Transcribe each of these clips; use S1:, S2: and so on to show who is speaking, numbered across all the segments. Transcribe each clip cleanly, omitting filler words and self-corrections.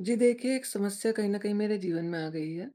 S1: जी देखिए, एक समस्या कहीं न कहीं मेरे जीवन में आ गई है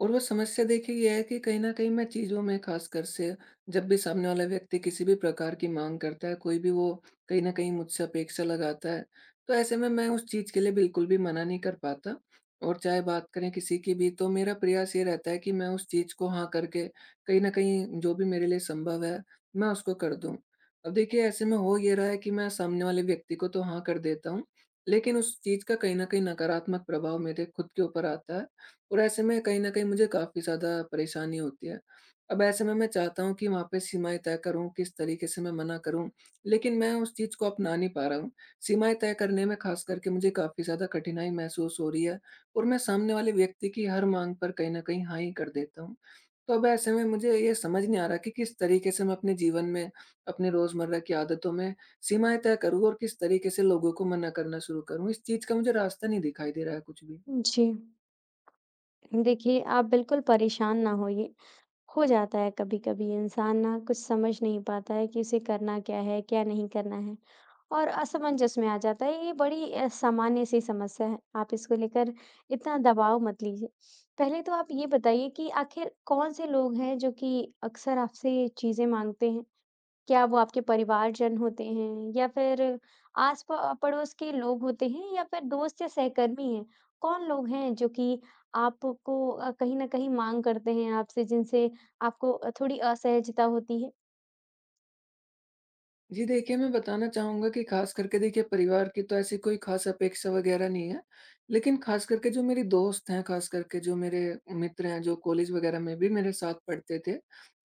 S1: और वो समस्या देखिए ये है कि कहीं न कहीं मैं चीज़ों में ख़ासकर से जब भी सामने वाला व्यक्ति किसी भी प्रकार की माँग करता है, कोई भी वो कहीं न कहीं मुझसे अपेक्षा लगाता है, तो ऐसे में मैं उस चीज़ के लिए बिल्कुल भी मना नहीं कर पाता और चाहे बात करें किसी की भी तो मेरा प्रयास ये रहता है कि मैं उस चीज़ को हाँ करके कहीं न कहीं जो भी मेरे लिए संभव है, मैं उसको कर दूँ। अब देखिए ऐसे में हो ये रहा है कि मैं सामने वाले व्यक्ति को तो हाँ कर देता हूँ, लेकिन उस चीज़ का कहीं न कहीं नकारात्मक प्रभाव मेरे खुद के ऊपर आता है और ऐसे में कहीं न कहीं मुझे काफ़ी ज़्यादा परेशानी होती है। अब ऐसे में मैं चाहता हूँ कि वहाँ पे सीमाएँ तय करूँ, किस तरीके से मैं मना करूँ, लेकिन मैं उस चीज़ को अपना नहीं पा रहा हूँ। सीमाएँ तय करने में ख़ास करके मुझे काफ़ी ज़्यादा कठिनाई महसूस हो रही है और मैं सामने वाले व्यक्ति की हर माँग पर कहीं न कहीं हाँ ही कर देता हूँ। तो अब ऐसे में मुझे ये समझ नहीं आ रहा कि किस तरीके से मैं अपने जीवन में, अपने रोज़मर्रा की आदतों में सीमाएँ तय करूँ और किस तरीके से लोगों को मना करना शुरू करूँ, इस चीज़ का मुझे रास्ता नहीं दिखाई दे रहा है कुछ भी।
S2: जी। देखिए, आप बिल्कुल परेशान ना होइए। हो जाता है कभी-कभी इंसान ना कुछ समझ नहीं पाता है कि उसे करना क्या है, क्या नहीं करना है और असमंजस में आ जाता है। ये बड़ी सामान्य सी समस्या है। आप इसको लेकर इतना दबाव मत लीजिए। पहले तो आप ये बताइए कि आखिर कौन से लोग हैं जो कि अक्सर आपसे ये चीज़ें माँगते हैं? क्या वो आपके परिवारजन होते हैं या फिर आस प पड़ोस के लोग होते हैं या फिर दोस्त या सहकर्मी हैं? कौन लोग हैं जो कि आपको कहीं न कहीं माँग करते हैं आपसे जिनसे आपको थोड़ी असहजता होती है?
S1: जी देखिए, मैं बताना चाहूँगा कि ख़ास करके देखिए परिवार की तो ऐसी कोई ख़ास अपेक्षा वग़ैरह नहीं है। लेकिन ख़ास करके जो मेरे दोस्त हैं, ख़ास करके जो मेरे मित्र हैं, जो कॉलेज वग़ैरह में भी मेरे साथ पढ़ते थे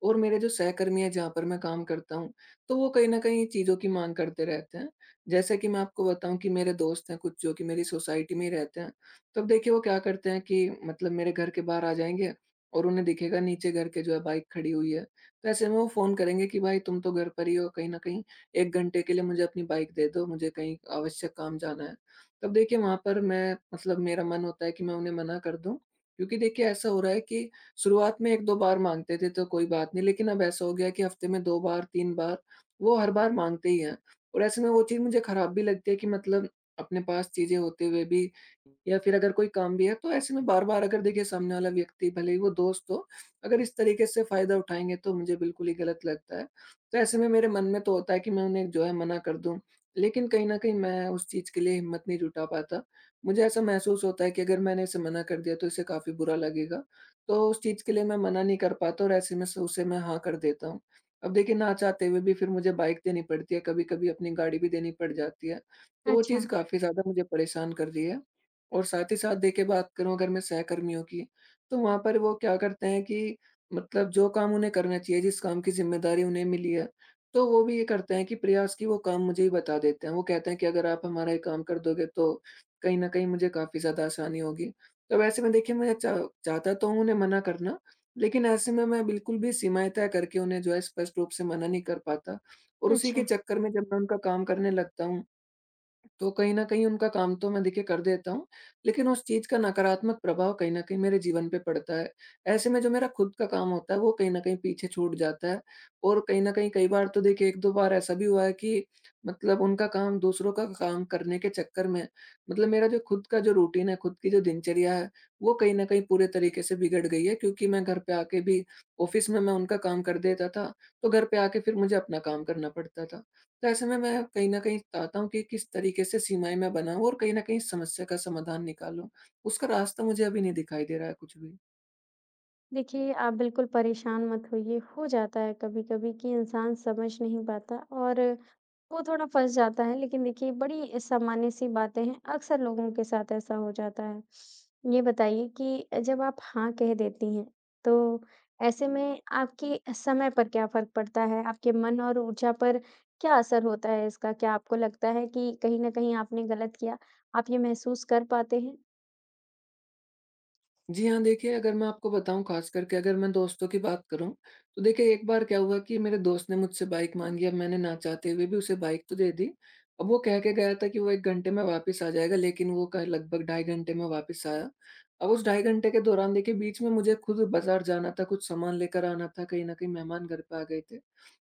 S1: और मेरे जो सहकर्मी हैं जहाँ पर मैं काम करता हूँ, तो वो कहीं न कहीं चीज़ों की माँग करते रहते हैं। जैसे कि मैं आपको बताऊँ, कि मेरे दोस्त हैं कुछ जो कि मेरी सोसाइटी में ही रहते हैं। तो अब देखिए वो क्या करते हैं कि मतलब मेरे घर के बाहर आ जाएँगे और उन्हें दिखेगा नीचे घर के जो है बाइक खड़ी हुई है। तो ऐसे में वो फ़ोन करेंगे कि भाई तुम तो घर पर ही हो, कहीं न कहीं 1 घंटे के लिए मुझे अपनी बाइक दे दो, मुझे कहीं आवश्यक काम जाना है। तब देखिए वहाँ पर मैं मतलब मेरा मन होता है कि मैं उन्हें मना कर दूँ, क्योंकि देखिए ऐसा हो रहा है कि शुरुआत में 1-2 बार माँगते थे तो कोई बात नहीं, लेकिन अब ऐसा हो गया है कि हफ्ते में 2 बार, 3 बार, वो हर बार माँगते ही हैं। और ऐसे में वो चीज़ मुझे खराब भी लगती है कि मतलब अपने पास चीज़ें होते हुए भी या फिर अगर कोई काम भी है, तो ऐसे में बार-बार अगर देखिए सामने वाला व्यक्ति भले ही वो दोस्त हो, अगर इस तरीके से फ़ायदा उठाएँगे तो मुझे बिल्कुल ही गलत लगता है। तो ऐसे में मेरे मन में तो होता है कि मैं उन्हें जो है मना कर दूँ, लेकिन कहीं न कहीं मैं उस चीज़ के लिए हिम्मत नहीं जुटा पाता। मुझे ऐसा महसूस होता है कि अगर मैंने इसे मना कर दिया तो इसे काफ़ी बुरा लगेगा, तो उस चीज़ के लिए मैं मना नहीं कर पाता और ऐसे में स उसे मैं हाँ कर देता हूँ। अब देखिए ना चाहते हुए भी फिर मुझे बाइक देनी पड़ती है, कभी-कभी अपनी गाड़ी भी देनी पड़ जाती है, तो वो
S2: अच्छा,
S1: चीज़ काफ़ी ज़्यादा मुझे परेशान कर रही है। और साथ ही साथ देखिए बात करूँ अगर मैं सहकर्मियों की, तो वहाँ पर वो क्या करते हैं कि मतलब जो काम उन्हें करना चाहिए, जिस काम की ज़िम्मेदारी उन्हें मिली है, तो वो भी ये करते हैं कि प्रयास की वो काम मुझे ही बता देते हैं। वो कहते हैं कि अगर आप हमारा ये काम कर दोगे तो कहीं न कहीं मुझे काफ़ी ज़्यादा आसानी होगी। तो वैसे में देखिए मैं चा चाहता तो हूँ उन्हें मना करना, लेकिन ऐसे में मैं बिल्कुल भी सीमाएँ तय करके उन्हें जो है स्पष्ट रूप से मना नहीं कर पाता और उसी के
S2: अच्छा।
S1: चक्कर में जब मैं उनका काम करने लगता हूँ, तो कहीं न कहीं उनका काम तो मैं देखिए कर देता हूँ, लेकिन उस चीज़ का नकारात्मक प्रभाव कहीं न कहीं मेरे जीवन पे पड़ता है। ऐसे में जो मेरा खुद का काम होता है, वो कहीं न कहीं पीछे छूट जाता है और कहीं न कहीं कई बार तो देखिए 1-2 बार ऐसा भी हुआ है कि मतलब उनका काम, दूसरों का काम करने के चक्कर में मतलब मेरा जो खुद का जो रूटीन है, खुद की जो दिनचर्या है, वो कहीं न कहीं पूरे तरीके से बिगड़ गई है, क्योंकि मैं घर पे आके भी ऑफ़िस में मैं उनका काम कर देता था, तो घर पे आके फिर मुझे अपना काम करना पड़ता था। तो ऐसे में मैं कहीं न कहीं चाहता हूँ कि किस तरीके से सीमाएँ मैं बनाऊँ और कहीं न कहीं इस समस्या का समाधान निकालूँ। उसका रास्ता मुझे अभी नहीं दिखाई दे रहा है कुछ भी।
S2: देखिए, आप बिल्कुल परेशान मत होइए। हो जाता है कभी-कभी कि इंसान समझ नहीं पाता और वो थोड़ा फँस जाता है। लेकिन देखिए, बड़ी सामान्य-सी बातें हैं, अक्सर लोगों के साथ ऐसा हो जाता है। ये बताइए कि जब आप हाँ कह देती हैं, तो ऐसे में आपके समय पर क्या फ़र्क पड़ता है? आपके मन और ऊर्जा पर क्या असर होता है इसका? क्या आपको लगता है कि कहीं न कहीं आपने गलत किया? आप ये महसूस कर पाते हैं?
S1: जी हाँ, देखिए अगर मैं आपको बताऊँ, ख़ास करके अगर मैं दोस्तों की बात करूँ, तो देखिए एक बार क्या हुआ कि मेरे दोस्त ने मुझसे बाइक माँगी, अब मैंने ना चाहते हुए भी उसे बाइक तो दे दी। अब वो कह के गया था कि वो 1 घंटे में वापस आ जाएगा, लेकिन वो क लगभग ढाई घंटे में वापस आया। अब उस ढाई घंटे के दौरान देखिए बीच में मुझे खुद बाज़ार जाना था, कुछ सामान लेकर आना था, कहीं न कहीं मेहमान घर पे आ गए थे।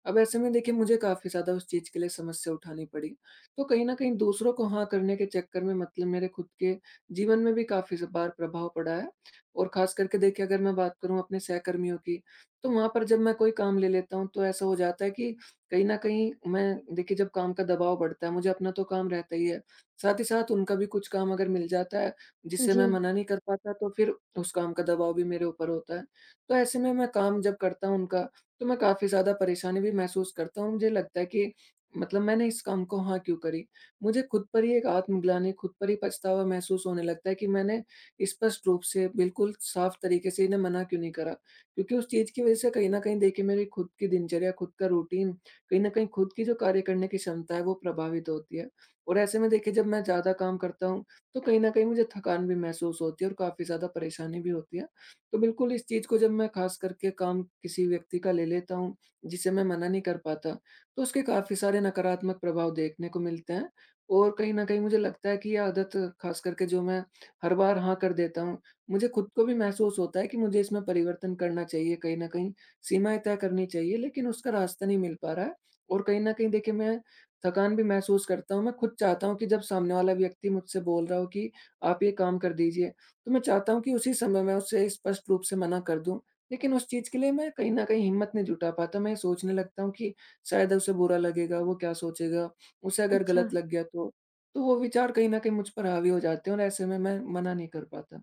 S1: अब ऐसे में देखिए मुझे काफ़ी ज़्यादा उस चीज़ के लिए समस्या उठानी पड़ी। तो कहीं न कहीं दूसरों को हाँ करने के चक्कर में मतलब मेरे खुद के जीवन में भी काफ़ी ज़ बार प्रभाव पड़ा है। और खास करके देखिए अगर मैं बात करूँ अपने सहकर्मियों की, तो वहाँ पर जब मैं कोई काम ले लेता हूँ तो ऐसा हो जाता है कि कहीं न कहीं मैं देखिए, जब काम का दबाव बढ़ता है, मुझे अपना तो काम रहता ही है, साथ ही साथ उनका भी कुछ काम अगर मिल जाता है जिससे
S2: जी,
S1: मैं मना नहीं कर पाता, तो फिर उस काम का दबाव भी मेरे ऊपर होता है। तो ऐसे में मैं काम जब करता हूँ उनका, तो मैं काफ़ी ज़्यादा परेशानी भी महसूस करता हूँ। मुझे लगता है कि मतलब मैंने इस काम को हाँ क्यों करी? मुझे खुद पर ही एक आत्मग्लानि, खुद पर ही पछतावा महसूस होने लगता है कि मैंने स्पष्ट रूप से बिल्कुल साफ तरीके से इन्हें मना क्यों नहीं करा? क्योंकि उस चीज़ की वज़ह से कहीं न कहीं देखिए मेरी खुद की दिनचर्या, खुद का रूटीन, कहीं न कहीं खुद की जो कार्य करने की क्षमता है वो प्रभावित होती है। और ऐसे में देखिए जब मैं ज़्यादा काम करता हूँ, तो कहीं न कहीं मुझे थकान भी महसूस होती है और काफ़ी ज़्यादा परेशानी भी होती है। तो बिल्कुल इस चीज़ को जब मैं ख़ास करके काम किसी व्यक्ति का ले लेता हूँ, जिसे मैं मना नहीं कर पाता, तो उसके काफ़ी सारे नकारात्मक प्रभाव देखने को मिलते हैं। और कहीं न कहीं मुझे लगता है कि ये आदत, ख़ास करके जो मैं हर बार हाँ कर देता हूँ। मुझे खुद को भी महसूस होता है कि मुझे इसमें परिवर्तन करना चाहिए कहीं न कहीं, सीमाएँ तय करनी चाहिए, लेकिन उसका रास्ता नहीं मिल पा रहा है। और कहीं न कहीं देखिए मैं थकान भी महसूस करता हूँ, मैं खुद चाहता हूँ कि जब सामने वाला व्यक्ति मुझसे बोल रहा हो कि आप ये काम कर दीजिए, तो मैं चाहता हूँ कि उसी समय मैं उसे स्पष्ट रूप से मना कर दूँ। लेकिन उस चीज़ के लिए मैं कहीं न कहीं हिम्मत नहीं जुटा पाता, मैं ये सोचने लगता हूँ कि शायद उसे बुरा लगेगा, वो क्या सोचेगा? उसे अगर
S2: अच्छा।
S1: गलत लग गया तो? तो वो विचार कहीं न कहीं मुझ पर हावी हो जाते हैं और ऐसे में मैं मना नहीं कर पाता।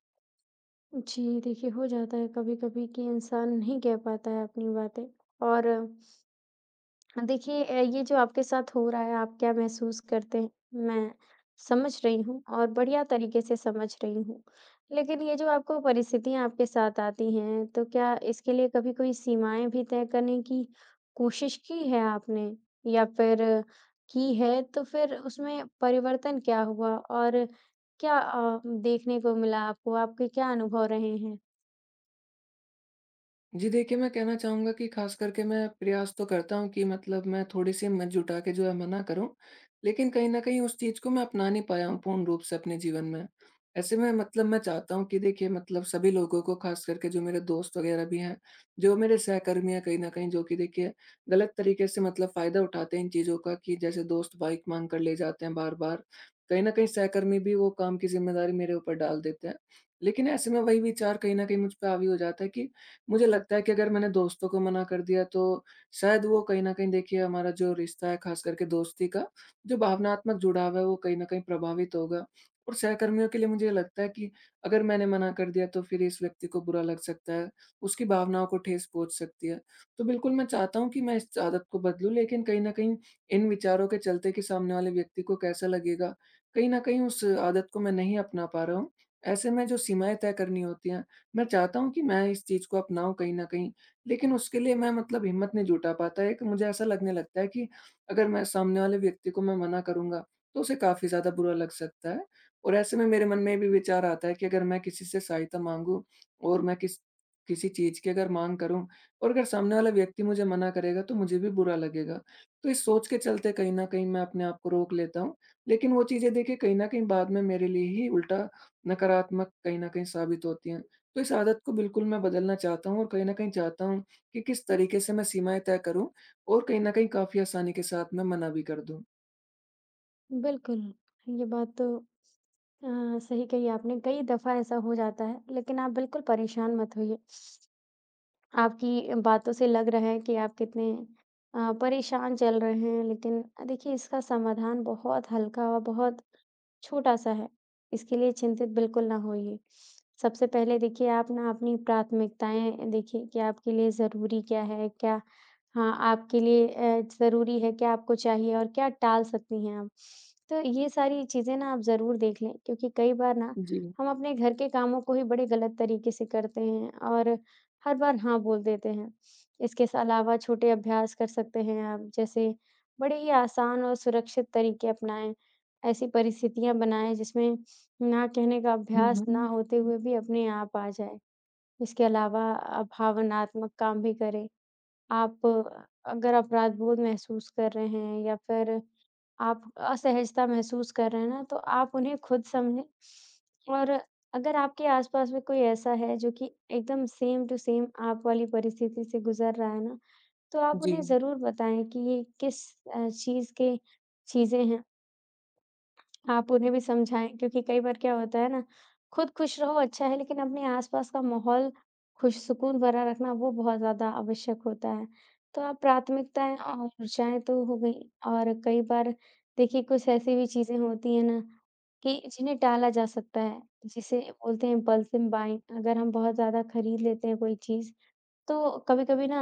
S2: जी, देखिए हो जाता है कभी-कभी कि इंसान नहीं कह पाता है अपनी बातें और देखिए ये जो आपके साथ हो रहा है, आप क्या महसूस करते हैं, मैं समझ रही हूँ और बढ़िया तरीके से समझ रही हूँ। लेकिन ये जो आपको परिस्थितियाँ आपके साथ आती हैं, तो क्या इसके लिए कभी कोई सीमाएँ भी तय करने की कोशिश की है आपने? या फिर की है तो फिर उसमें परिवर्तन क्या हुआ और क्या देखने को मिला आपको? आपके क्या अनुभव रहे हैं?
S1: जी देखिए, मैं कहना चाहूँगा कि ख़ास करके मैं प्रयास तो करता हूँ कि मतलब मैं थोड़ी-सी हिम्मत जुटा के जो है मना करूँ। लेकिन कहीं न कहीं उस चीज़ को मैं अपना नहीं पाया हूँ पूर्ण रूप से अपने जीवन में। ऐसे में मतलब मैं चाहता हूँ कि देखिए मतलब सभी लोगों को, ख़ास करके जो मेरे दोस्त वग़ैरह भी हैं, जो मेरे सहकर्मी हैं, कहीं न कहीं जो कि देखिए गलत तरीके से मतलब फ़ायदा उठाते हैं इन चीज़ों का, कि जैसे दोस्त बाइक माँग कर ले जाते हैं बार-बार। कहीं न कहीं सहकर्मी भी वो काम की ज़िम्मेदारी मेरे ऊपर डाल देते हैं। लेकिन ऐसे में वही विचार कहीं न कहीं मुझ पे हावी हो जाता है कि मुझे लगता है कि अगर मैंने दोस्तों को मना कर दिया तो शायद वो कहीं न कहीं देखिए हमारा जो रिश्ता है, ख़ास करके दोस्ती का, जो भावनात्मक जुड़ाव है, वो कहीं न कहीं प्रभावित होगा। और सहकर्मियों के लिए मुझे लगता है कि अगर मैंने मना कर दिया तो फिर इस व्यक्ति को बुरा लग सकता है, उसकी भावनाओं को ठेस पहुँच सकती है। तो बिल्कुल मैं चाहता हूँ कि मैं इस आदत को बदलूँ, लेकिन कहीं न कहीं इन विचारों के चलते कि सामने वाले व्यक्ति को कैसा लगेगा, कहीं न कहीं उस आदत को मैं नहीं अपना पा रहा हूँ। ऐसे में जो सीमाएँ तय करनी होती हैं, मैं चाहता हूँ कि मैं इस चीज़ को अपनाऊँ कहीं न कहीं, लेकिन उसके लिए मैं मतलब हिम्मत नहीं जुटा पाता। एक मुझे ऐसा लगने लगता है कि अगर मैं सामने वाले व्यक्ति को मैं मना करूँगा, तो उसे काफ़ी ज़्यादा बुरा लग सकता है और ऐसे में मेरे मन में ये भी विचार आता है कि अगर मैं किसी से सहायता माँगूँ और मैं किसी चीज़ की अगर माँग करूँ और अगर सामने वाला व्यक्ति मुझे मना करेगा, तो मुझे भी बुरा लगेगा। तो इस सोच के चलते कहीं न कहीं मैं अपने आप को रोक लेता हूँ, लेकिन वो चीज़ें देखिए कहीं न कहीं बाद में मेरे लिए ही उल्टा, नकारात्मक कहीं न कहीं साबित होती हैं। तो इस आदत को बिल्कुल मैं बदलना चाहता हूँ और कहीं न कहीं चाहता हूँ कि किस तरीके से मैं सीमाएँ तय करूँ और कहीं न कहीं काफ़ी आसानी के साथ मैं मना भी कर दूँ।
S2: बिल्कुल, ये बात तो अ, सही कही आपने, कई दफ़ा ऐसा हो जाता है, लेकिन आप बिल्कुल परेशान मत होइए। आपकी बातों से लग रहा है कि आप कितने परेशान चल रहे हैं, लेकिन देखिए इसका समाधान बहुत हल्का और बहुत छोटा-सा है, इसके लिए चिंतित बिल्कुल ना होइए। सबसे पहले देखिए आप ना अपनी प्राथमिकताएँ देखिए कि आपके लिए ज़रूरी क्या है, क्या हाँ, आपके लिए ज़रूरी है, क्या आपको चाहिए और क्या टाल सकती हैं आप। तो ये सारी चीज़ें ना आप ज़रूर देख लें क्योंकि कई बार ना
S1: जी।
S2: हम अपने घर के कामों को ही बड़े गलत तरीके से करते हैं और हर बार हाँ बोल देते हैं। इसके स अलावा छोटे अभ्यास कर सकते हैं आप, जैसे बड़े ही आसान और सुरक्षित तरीके अपनाएँ। ऐसी परिस्थितियाँ बनाएँ जिसमें ना कहने का
S1: हुँ,
S2: अभ्यास ना होते
S1: हुँ।
S2: हुए भी अपने आप आ जाए। इसके अलावा भावनात्मक काम भी करें। आप अगर अपराध बोध महसूस कर रहे हैं या फिर आप असहजता महसूस कर रहे हैं ना, तो आप उन्हें खुद समझें और अगर आपके आस-पास में कोई ऐसा है जो कि एकदम सेम टू सेम आप वाली परिस्थिति से गुज़र रहा है ना, तो आप
S1: जी।
S2: उन्हें ज़रूर बताएँ कि ये किस चीज़ के चीज़ें हैं। आप उन्हें भी समझाएँ क्योंकि कई बार क्या होता है ना, खुद खुश रहो अच्छा है, लेकिन अपने आस-पास का माहौल खुश सुकून भरा रखना वो बहुत ज़्यादा आवश्यक होता है। तो आप प्राथमिकताएँ और ऊर्जाएँ तो हो गई और कई बार देखिए कुछ ऐसी भी चीज़ें होती हैं ना कि जिन्हें टाला जा सकता है, जिसे बोलते हैं इम्पल्सिव बाइंग अगर हम बहुत ज़्यादा खरीद लेते हैं कोई चीज़, तो कभी-कभी ना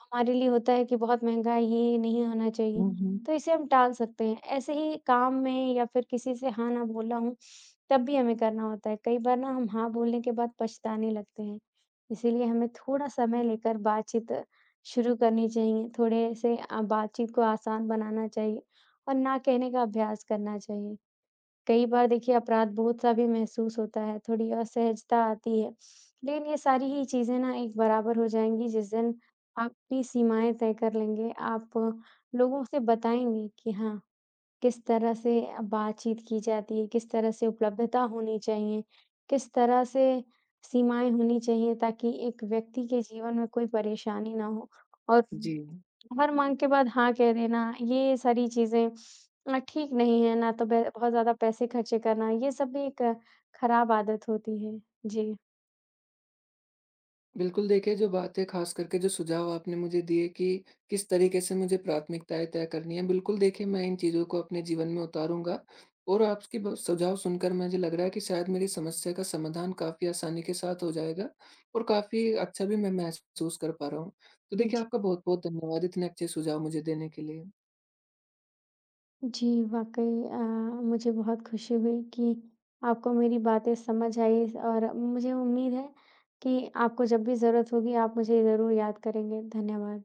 S2: हमारे लिए होता है कि बहुत महँगा है, ये नहीं होना चाहिए,
S1: हुँ, हुँ।
S2: तो इसे हम टाल सकते हैं। ऐसे ही काम में या फिर किसी से हाँ ना बोला हूँ, तब भी हमें करना होता है। कई बार ना हम हाँ बोलने के बाद पछताने लगते हैं, इसीलिए हमें थोड़ा समय लेकर बातचीत शुरू करनी चाहिए। थोड़े से बातचीत को आसान बनाना चाहिए और ना कहने का अभ्यास करना चाहिए। कई बार देखिए अपराध-बोध सा भी महसूस होता है, थोड़ी असहजता आती है। लेकिन ये सारी ही चीज़ें ना एक बराबर हो जाएँगी जिस दिन आप अपनी सीमाएँ तय कर लेंगे। आप लोगों से बताएँगे कि हाँ, किस तरह से बातचीत की जाती है, किस तरह से उपलब्धता होनी चाहिए, किस तरह से सीमाएँ होनी चाहिए ताकि एक व्यक्ति के जीवन में कोई परेशानी ना हो और
S1: जी।
S2: हर माँग के बाद हाँ कह देना, ये सारी चीज़ें ठीक नहीं है, ना तो बे बहुत ज़्यादा पैसे खर्चे करना, ये सब भी एक खराब आदत होती है। जी।
S1: बिल्कुल, देखिए जो बातें, ख़ास करके जो सुझाव आपने मुझे दिए कि किस तरीके से मुझे प्राथमिकताएँ तय करनी है, बिल्कुल देखिए मैं इन चीज़ों को अपने जीवन में उतारूँगा और आपके ब सुझाव सुनकर मुझे लग रहा है कि शायद मेरी समस्या का समाधान काफ़ी आसानी के साथ हो जाएगा और काफ़ी अच्छा भी मैं महसूस कर पा रहा हूँ। तो देखिए
S2: जी,
S1: आपका बहुत-बहुत धन्यवाद इतने अच्छे सुझाव मुझे देने के लिए।
S2: जी, वाक़ई मुझे बहुत खुशी हुई कि आपको मेरी बातें समझ आई और मुझे उम्मीद है कि आपको जब भी ज़रूरत होगी, आप मुझे ज़रूर याद करेंगे। धन्यवाद।